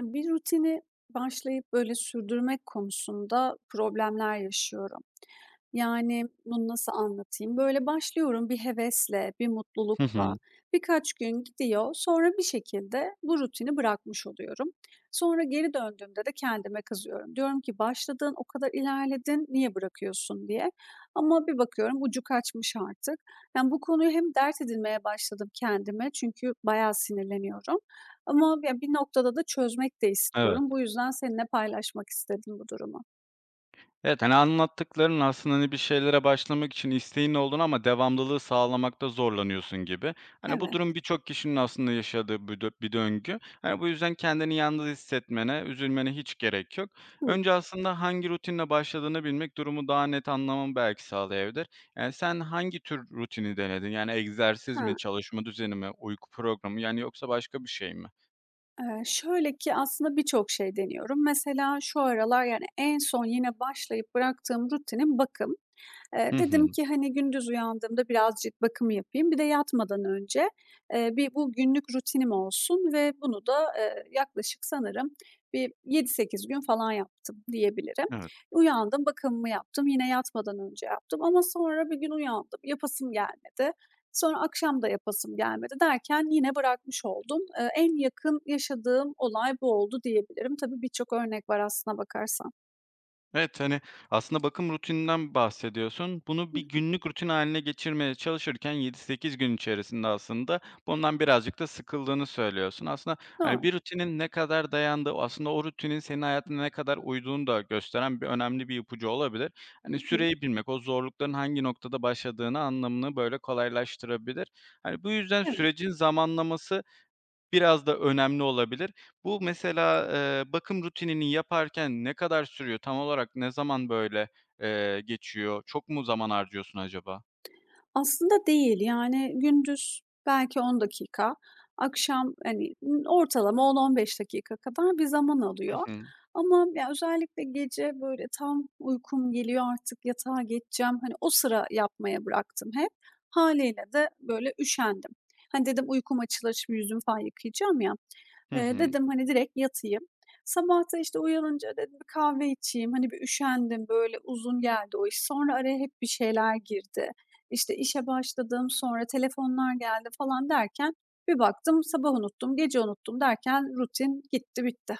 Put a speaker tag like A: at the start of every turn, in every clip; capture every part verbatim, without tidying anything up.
A: Bir rutini başlayıp böyle sürdürmek konusunda problemler yaşıyorum. Yani, bunu nasıl anlatayım? Böyle başlıyorum bir hevesle, bir
B: Hı
A: mutlulukla.
B: hı.
A: Birkaç gün gidiyor, sonra bir şekilde bu rutini bırakmış oluyorum. Sonra geri döndüğümde de kendime kızıyorum. Diyorum ki, "Başladığın o kadar ilerledin, niye bırakıyorsun?" diye. Ama bir bakıyorum ucu kaçmış artık. Yani, bu konuyu hem dert edinmeye başladım kendime çünkü bayağı sinirleniyorum ama ya, bir noktada da çözmek de
B: Evet.
A: istiyorum. Bu yüzden seninle paylaşmak istedim bu durumu.
B: Evet, hani, anlattıkların aslında, hani, bir şeylere başlamak için isteğin olduğunu ama devamlılığı sağlamakta zorlanıyorsun gibi. Hani, bu
A: Evet.
B: durum birçok kişinin aslında yaşadığı bir dö bir döngü. Hani, bu yüzden kendini yalnız hissetmene, üzülmene hiç gerek yok.
A: Hı.
B: Önce aslında hangi rutinle başladığını bilmek durumu daha net anlamanı belki sağlayabilir. Yani, sen hangi tür rutini denedin? Yani egzersiz mi,
A: Ha.
B: çalışma düzeni mi, uyku programı, yani, yoksa başka bir şey mi?
A: Eee, şöyle ki aslında birçok şey deniyorum. Mesela şu aralar, yani, en son yine başlayıp bıraktığım rutinim bakım. Eee,
B: Hı hı.
A: dedim ki, hani, gündüz uyandığımda biraz cilt bakımı yapayım. Bir de yatmadan önce, eee, bir bu günlük rutinim olsun ve bunu da, eee, yaklaşık sanırım bir yedi sekiz gün falan yaptım diyebilirim.
B: Evet.
A: Uyandım, bakımımı yaptım, yine yatmadan önce yaptım ama sonra bir gün uyandım, yapasım gelmedi. Sonra akşam da yapasım gelmedi derken yine bırakmış oldum. Eee, en yakın yaşadığım olay bu oldu diyebilirim. Tabii birçok örnek var aslına bakarsan.
B: Evet, hani, aslında bakım rutininden bahsediyorsun. Bunu
A: Hı
B: bir
A: hı.
B: günlük rutin haline getirmeye çalışırken yedi sekiz gün içerisinde aslında bundan birazcık da sıkıldığını söylüyorsun. Aslında, hani,
A: Doğru.
B: bir rutinin ne kadar dayandığı, aslında o rutinin senin hayatına ne kadar uyduğunu da gösteren bir önemli bir ipucu olabilir. Hani,
A: Hı hı.
B: süreyi bilmek, o zorlukların hangi noktada başladığını anlamını, böyle, kolaylaştırabilir. Hani, bu yüzden
A: Evet.
B: sürecin zamanlaması biraz da önemli olabilir. Bu mesela, eee, bakım rutinini yaparken ne kadar sürüyor? Tam olarak ne zaman böyle, eee, geçiyor? Çok mu zaman harcıyorsun acaba?
A: Aslında değil, yani, gündüz belki on dakika, akşam, hani, ımm, ortalama on on beş dakika kadar bir zaman
B: Hı
A: alıyor
B: hı.
A: ama ya, özellikle gece, böyle, tam uykum geliyor, artık yatağa geçeceğim, hani, o sıra yapmaya bıraktım hep. haliyle de, böyle, üşendim. Hani, dedim uykum açılır, şimdi yüzümü falan yıkayacağım ya,
B: Hı
A: eee,
B: hı.
A: dedim, hani, direkt yatayım. Sabah da, işte, uyanınca dedim bir kahve içeyim, hani, bir üşendim, böyle, uzun geldi o iş. Sonra araya hep bir şeyler girdi. İşte, işe başladım, sonra telefonlar geldi falan derken bir baktım sabah unuttum, gece unuttum derken rutin gitti, bitti.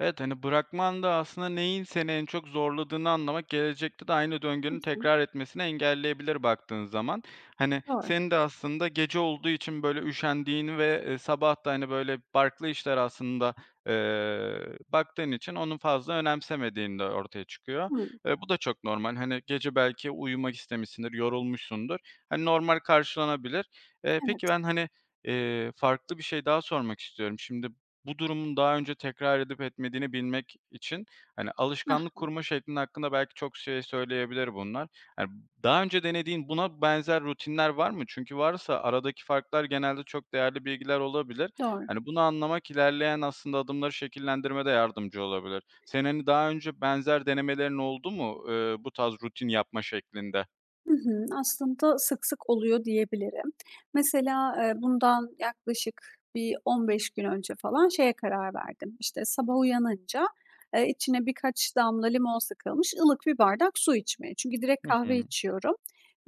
B: Evet, hani, bırakman da aslında neyin seni en çok zorladığını anlamak, gelecekte de aynı
A: Hı
B: döngünün
A: hı.
B: tekrar etmesini engelleyebilir baktığın zaman. Hani,
A: Doğru.
B: senin de aslında gece olduğu için, böyle, üşendiğini ve, eee, sabah da, hani, böyle, farklı işler aslında, eee, baktığın için onu fazla önemsemediğini de ortaya çıkıyor.
A: Hımm,
B: Eee, bu da çok normal. Hani, gece belki uyumak istemişsindir, yorulmuşsundur. Hani, normal karşılanabilir. Eee,
A: evet.
B: peki ben, hani, eee, farklı bir şey daha sormak istiyorum. Şimdi bu durumun daha önce tekrar edip etmediğini bilmek için, hani,
A: Hah,
B: alışkanlık kurma şeklin hakkında belki çok şey söyleyebilir bunlar. Yani daha önce denediğin buna benzer rutinler var mı? Çünkü varsa aradaki farklar genelde çok değerli bilgiler olabilir.
A: doğru.
B: Hani, bunu anlamak ilerleyen aslında adımları şekillendirmede yardımcı olabilir. Senin, hani, daha önce benzer denemelerin oldu mu, eee, bu tarz rutin yapma şeklinde?
A: Hı hı. Aslında sık sık oluyor diyebilirim. Mesela, eee, bundan yaklaşık bir on beş gün önce falan şeye karar verdim. İşte, sabah uyanınca, eee, içine birkaç damla limon sıkılmış ılık bir bardak su içmeye. Çünkü direkt
B: Hı hı.
A: kahve içiyorum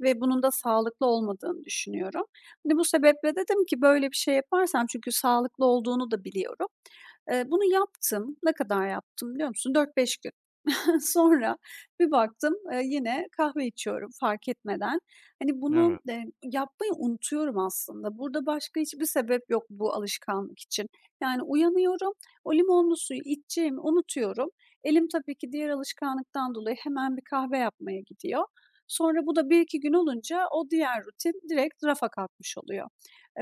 A: ve bunun da sağlıklı olmadığını düşünüyorum. Hani, bu sebeple dedim ki böyle bir şey yaparsam çünkü sağlıklı olduğunu da biliyorum. Eee, bunu yaptım. Ne kadar yaptım biliyor musun? dört beş gün. Sonra bir baktım, eee, yine kahve içiyorum fark etmeden. Hani,
B: Evet.
A: bunu, eee, yapmayı unutuyorum aslında. Burada başka hiçbir sebep yok bu alışkanlık için. Yani uyanıyorum, o limonlu suyu içeceğimi unutuyorum. Elim tabii ki diğer alışkanlıktan dolayı hemen bir kahve yapmaya gidiyor. Sonra bu da bir iki gün olunca o diğer rutin direkt rafa kalkmış oluyor.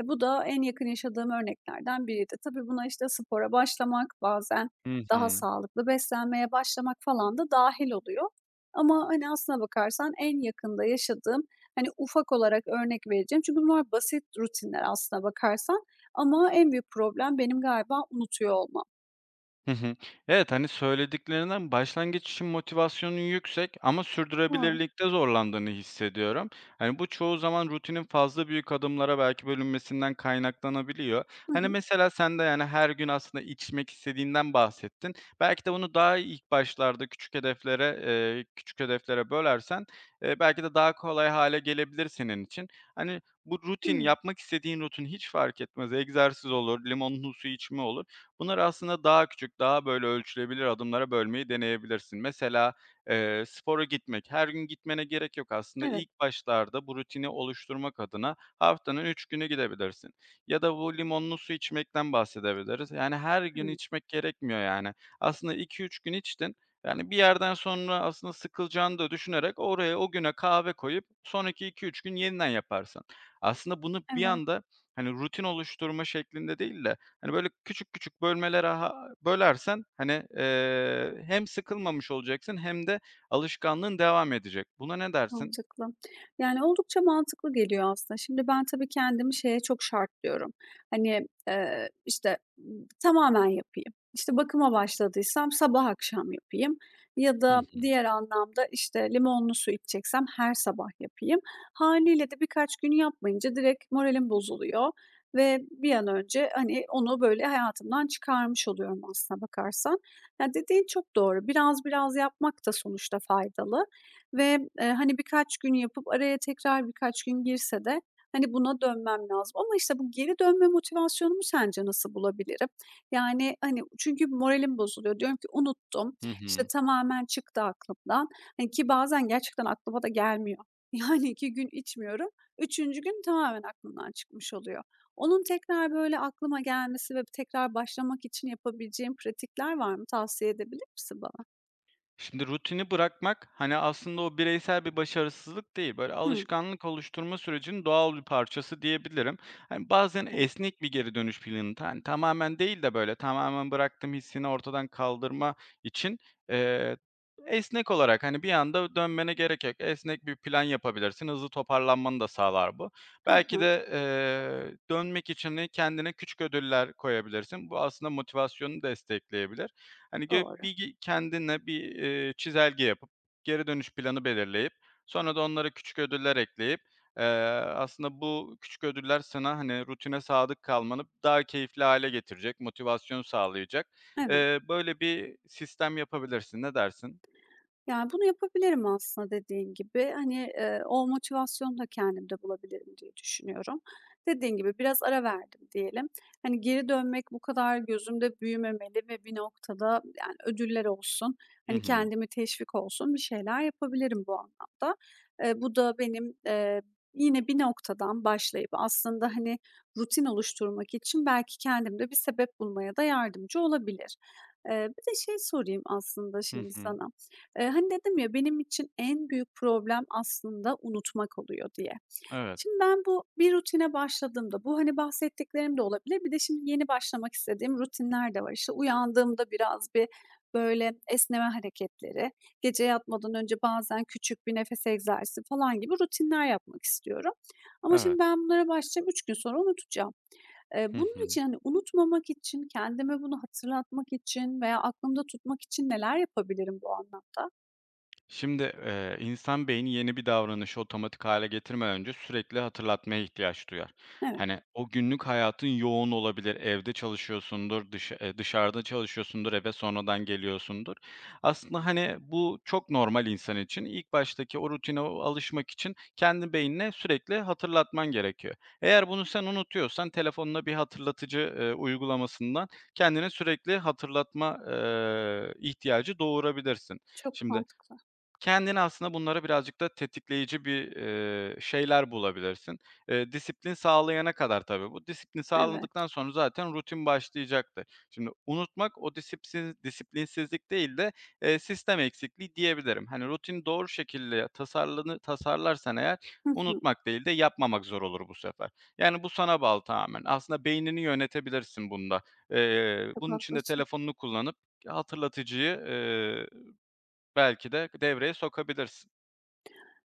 A: E, bu da en yakın yaşadığım örneklerden biriydi. Tabii buna, işte, spora başlamak, bazen
B: Hı
A: daha
B: hı.
A: sağlıklı beslenmeye başlamak falan da dahil oluyor. Ama, hani, aslına bakarsan en yakında yaşadığım, hani, ufak olarak örnek vereceğim çünkü bunlar basit rutinler aslına bakarsan ama en büyük problem benim galiba unutuyor olmam.
B: Hı hı. Evet, hani, söylediklerinden başlangıç için motivasyonun yüksek ama
A: Doğru.
B: sürdürülebilirlikte zorlandığını hissediyorum. Hani, bu çoğu zaman rutinin fazla büyük adımlara belki bölünmesinden kaynaklanabiliyor.
A: Hı
B: Hani,
A: hı.
B: mesela sen de, yani, her gün aslında içmek istediğinden bahsettin. Belki de bunu daha iyi ilk başlarda küçük hedeflere, eee, küçük hedeflere bölersen, eee, belki de daha kolay hale gelebilir senin için. Hani, bu rutin,
A: Hımm.
B: yapmak istediğin rutin hiç fark etmez, egzersiz olur, limonlu su içme olur. Bunları aslında daha küçük, daha böyle ölçülebilir adımlara bölmeyi deneyebilirsin. Mesela, eee, spora gitmek, her gün gitmene gerek yok aslında.
A: Evet.
B: İlk başlarda bu rutini oluşturmak adına haftanın üç günü gidebilirsin ya da bu limonlu su içmekten bahsedebiliriz. Yani her gün
A: Hımm.
B: içmek gerekmiyor yani. Aslında iki üç gün içtin, yani bir yerden sonra aslında sıkılacağını da düşünerek oraya o güne kahve koyup sonraki iki üç gün yeniden yaparsın. Aslında bunu bir
A: Evet.
B: anda, hani, rutin oluşturma şeklinde değil de hani, böyle, küçük küçük bölmelere ha bölersen, hani, eee, hem sıkılmamış olacaksın hem de alışkanlığın devam edecek. Buna ne dersin?
A: Mantıklı. Yani, oldukça mantıklı geliyor aslında. Şimdi ben tabii kendimi şeye çok şartlıyorum. Hani, eee, işte, ımm, tamamen yapayım. İşte, bakıma başladıysam sabah akşam yapayım ya
B: Hı
A: da
B: hı.
A: diğer anlamda, işte, limonlu su içeceksem her sabah yapayım. haliyle de birkaç gün yapmayınca direkt moralim bozuluyor ve bir an önce, hani, onu böyle hayatımdan çıkarmış oluyorum aslına bakarsan. Ya, dediğin çok doğru. Biraz biraz yapmak da sonuçta faydalı ve, eee, hani, birkaç gün yapıp araya tekrar birkaç gün girse de, hani, buna dönmem lazım ama, işte, bu geri dönme motivasyonumu sence nasıl bulabilirim? Yani, hani, çünkü moralim bozuluyor. Diyorum ki unuttum,
B: Hı
A: işte,
B: hı.
A: tamamen çıktı aklımdan, hani, ki bazen gerçekten aklıma da gelmiyor. Yani iki gün içmiyorum, üçüncü gün tamamen aklımdan çıkmış oluyor. Onun tekrar, böyle, aklıma gelmesi ve tekrar başlamak için yapabileceğim pratikler var mı? Tavsiye edebilir misin bana?
B: Şimdi rutini bırakmak, hani, aslında o bireysel bir başarısızlık değil, böyle,
A: Hımm,
B: alışkanlık oluşturma sürecinin doğal bir parçası diyebilirim. Hani, bazen
A: evet.
B: esnek bir geri dönüş planı, hani, tamamen değil de, böyle, tamamen bıraktım hissini ortadan kaldırma için, eee, esnek olarak, hani, bir anda dönmene gerek yok. Esnek bir plan yapabilirsin. Hızlı toparlanmanı da sağlar bu.
A: Hı
B: Belki
A: hı.
B: de, eee, dönmek için, hani, kendine küçük ödüller koyabilirsin. Bu aslında motivasyonu destekleyebilir. Hani, gö
A: Doğru.
B: bir gi kendine bir, eee, çizelge yapıp, geri dönüş planı belirleyip, sonra da onlara küçük ödüller ekleyip, eee, aslında bu küçük ödüller sana, hani, rutine sadık kalmanı daha keyifli hale getirecek, motivasyon sağlayacak.
A: Evet.
B: Eee, böyle bir sistem yapabilirsin. Ne dersin?
A: Yani, bunu yapabilirim aslında dediğin gibi. Hani, eee, o motivasyonu da kendimde bulabilirim diye düşünüyorum. Dediğin gibi biraz ara verdim diyelim. Hani, geri dönmek bu kadar gözümde büyümemeli ve bir noktada, yani, ödüller olsun,
B: Hı
A: hani,
B: hı.
A: kendimi teşvik olsun bir şeyler yapabilirim bu anlamda. Eee, bu da benim, eee, yine bir noktadan başlayıp aslında, hani, rutin oluşturmak için belki kendimde bir sebep bulmaya da yardımcı olabilir. Eee, bir de şey sorayım aslında
B: Hı
A: şimdi
B: hı.
A: sana. Eee, hani, dedim ya, benim için en büyük problem aslında unutmak oluyor diye.
B: Evet,
A: Şimdi ben bu bir rutine başladığımda, bu, hani, bahsettiklerim de olabilir, bir de şimdi yeni başlamak istediğim rutinler de var. İşte, uyandığımda biraz bir, böyle, esneme hareketleri, gece yatmadan önce bazen küçük bir nefes egzersizi falan gibi rutinler yapmak istiyorum. Ama
B: evet.
A: şimdi ben bunlara başlayacağım, üç gün sonra unutacağım. Eee,
B: Hı
A: bunun
B: hı.
A: için, hani, unutmamak için, kendime bunu hatırlatmak için veya aklımda tutmak için neler yapabilirim bu anlamda?
B: Şimdi, eee, insan beyni yeni bir davranışı otomatik hale getirmeden önce sürekli hatırlatmaya ihtiyaç duyar.
A: Evet.
B: Hani, o günlük hayatın yoğun olabilir, evde çalışıyorsundur, dışa eee, dışarıda çalışıyorsundur, eve sonradan geliyorsundur. Aslında, hani, bu çok normal insan için. İlk baştaki o rutine o alışmak için kendi beynine sürekli hatırlatman gerekiyor. Eğer bunu sen unutuyorsan telefonuna bir hatırlatıcı, eee, uygulamasından kendine sürekli hatırlatma, eee, ihtiyacı doğurabilirsin.
A: Çok
B: Şimdi
A: mantıklı.
B: kendini aslında bunlara birazcık da tetikleyici bir, eee, şeyler bulabilirsin. Eee, disiplin sağlayana kadar tabii bu. Disiplin sağladıktan
A: Evet.
B: sonra zaten rutin başlayacaktır. Şimdi unutmak o disiplin disiplinsizlik değil de, eee, sistem eksikliği diyebilirim. Hani rutini doğru şekilde tasarlanı tasarlarsan eğer
A: Hı hı.
B: unutmak değil de yapmamak zor olur bu sefer. Yani bu sana bağlı tamamen. Aslında beynini yönetebilirsin bunda. Eee,
A: Çok
B: bunun için de
A: haklısın.
B: telefonunu kullanıp hatırlatıcıyı, eee belki de devreye sokabilirsin.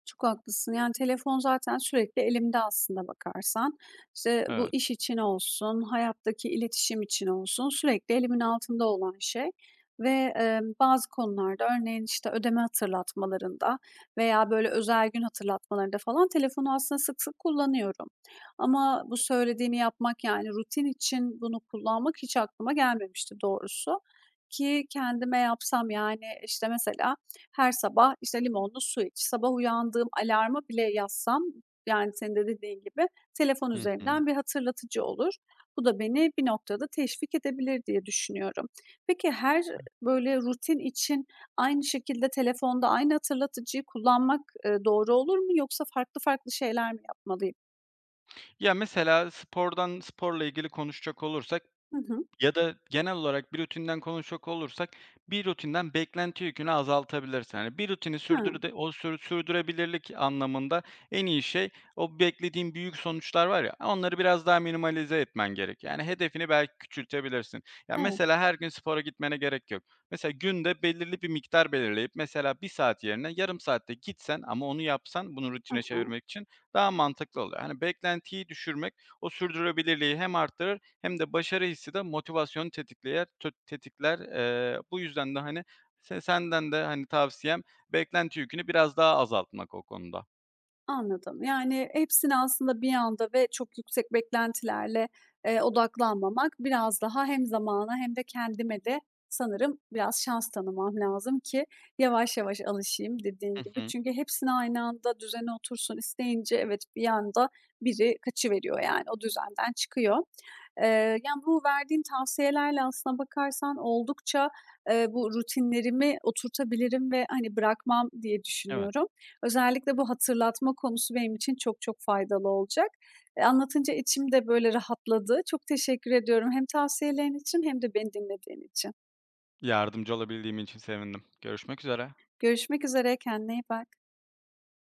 A: Çok haklısın. Yani telefon zaten sürekli elimde aslında bakarsan. İşte bu
B: Evet.
A: iş için olsun, hayattaki iletişim için olsun sürekli elimin altında olan şey ve, emm, bazı konularda örneğin, işte, ödeme hatırlatmalarında veya böyle özel gün hatırlatmalarında falan telefonu aslında sık sık kullanıyorum. Ama bu söylediğini yapmak, yani rutin için bunu kullanmak hiç aklıma gelmemişti doğrusu ki kendime yapsam, yani, işte, mesela her sabah, işte, limonlu su iç, sabah uyandığım alarmı bile yazsam, yani, senin de dediğin gibi telefon
B: Hı hı.
A: üzerinden bir hatırlatıcı olur. Bu da beni bir noktada teşvik edebilir diye düşünüyorum. Peki her, böyle, rutin için aynı şekilde telefonda aynı hatırlatıcıyı kullanmak, eee, doğru olur mu yoksa farklı farklı şeyler mi yapmalıyım?
B: Ya, mesela spordan sporla ilgili konuşacak olursak
A: Hı hı.
B: ya da genel olarak bir rutinden konuşacak olursak, bir rutinden beklenti yükünü azaltabilirsin. Yani bir rutini
A: Ha.
B: sürdürde o sür sürdürebilirlik anlamında en iyi şey o beklediğin büyük sonuçlar var ya, onları biraz daha minimalize etmen gerek. Yani hedefini belki küçültebilirsin. Ya,
A: Evet.
B: mesela her gün spora gitmene gerek yok. Mesela günde belirli bir miktar belirleyip mesela bir saat yerine yarım saatte gitsen ama onu yapsan bunu
A: Hı
B: rutine
A: hı.
B: çevirmek için daha mantıklı oluyor. Hani beklentiyi düşürmek o sürdürülebilirliği hem arttırır hem de başarı hissi de motivasyonu tetikleyer tö tetikler. Eee, bu yüzden de, hani, se senden de, hani, tavsiyem beklenti yükünü biraz daha azaltmak o konuda.
A: Anladım. Yani hepsini aslında bir anda ve çok yüksek beklentilerle, eee, odaklanmamak biraz daha hem zamana hem de kendime de sanırım biraz şans tanımam lazım ki yavaş yavaş alışayım
B: Hı
A: dediğin gibi.
B: hı.
A: Çünkü hepsini aynı anda düzene otursun isteyince evet bir anda biri kaçıveriyor yani o düzenden çıkıyor. Eee, Yani, bu verdiğin tavsiyelerle aslına bakarsan oldukça, eee, bu rutinlerimi oturtabilirim ve, hani, bırakmam diye
B: Evet.
A: düşünüyorum. Özellikle bu hatırlatma konusu benim için çok çok faydalı olacak. Eee, anlatınca içim de böyle rahatladı. Çok teşekkür ediyorum hem tavsiyelerin için hem de beni dinlediğin için.
B: Yardımcı olabildiğim için sevindim. Görüşmek üzere.
A: Görüşmek üzere, kendine iyi bak.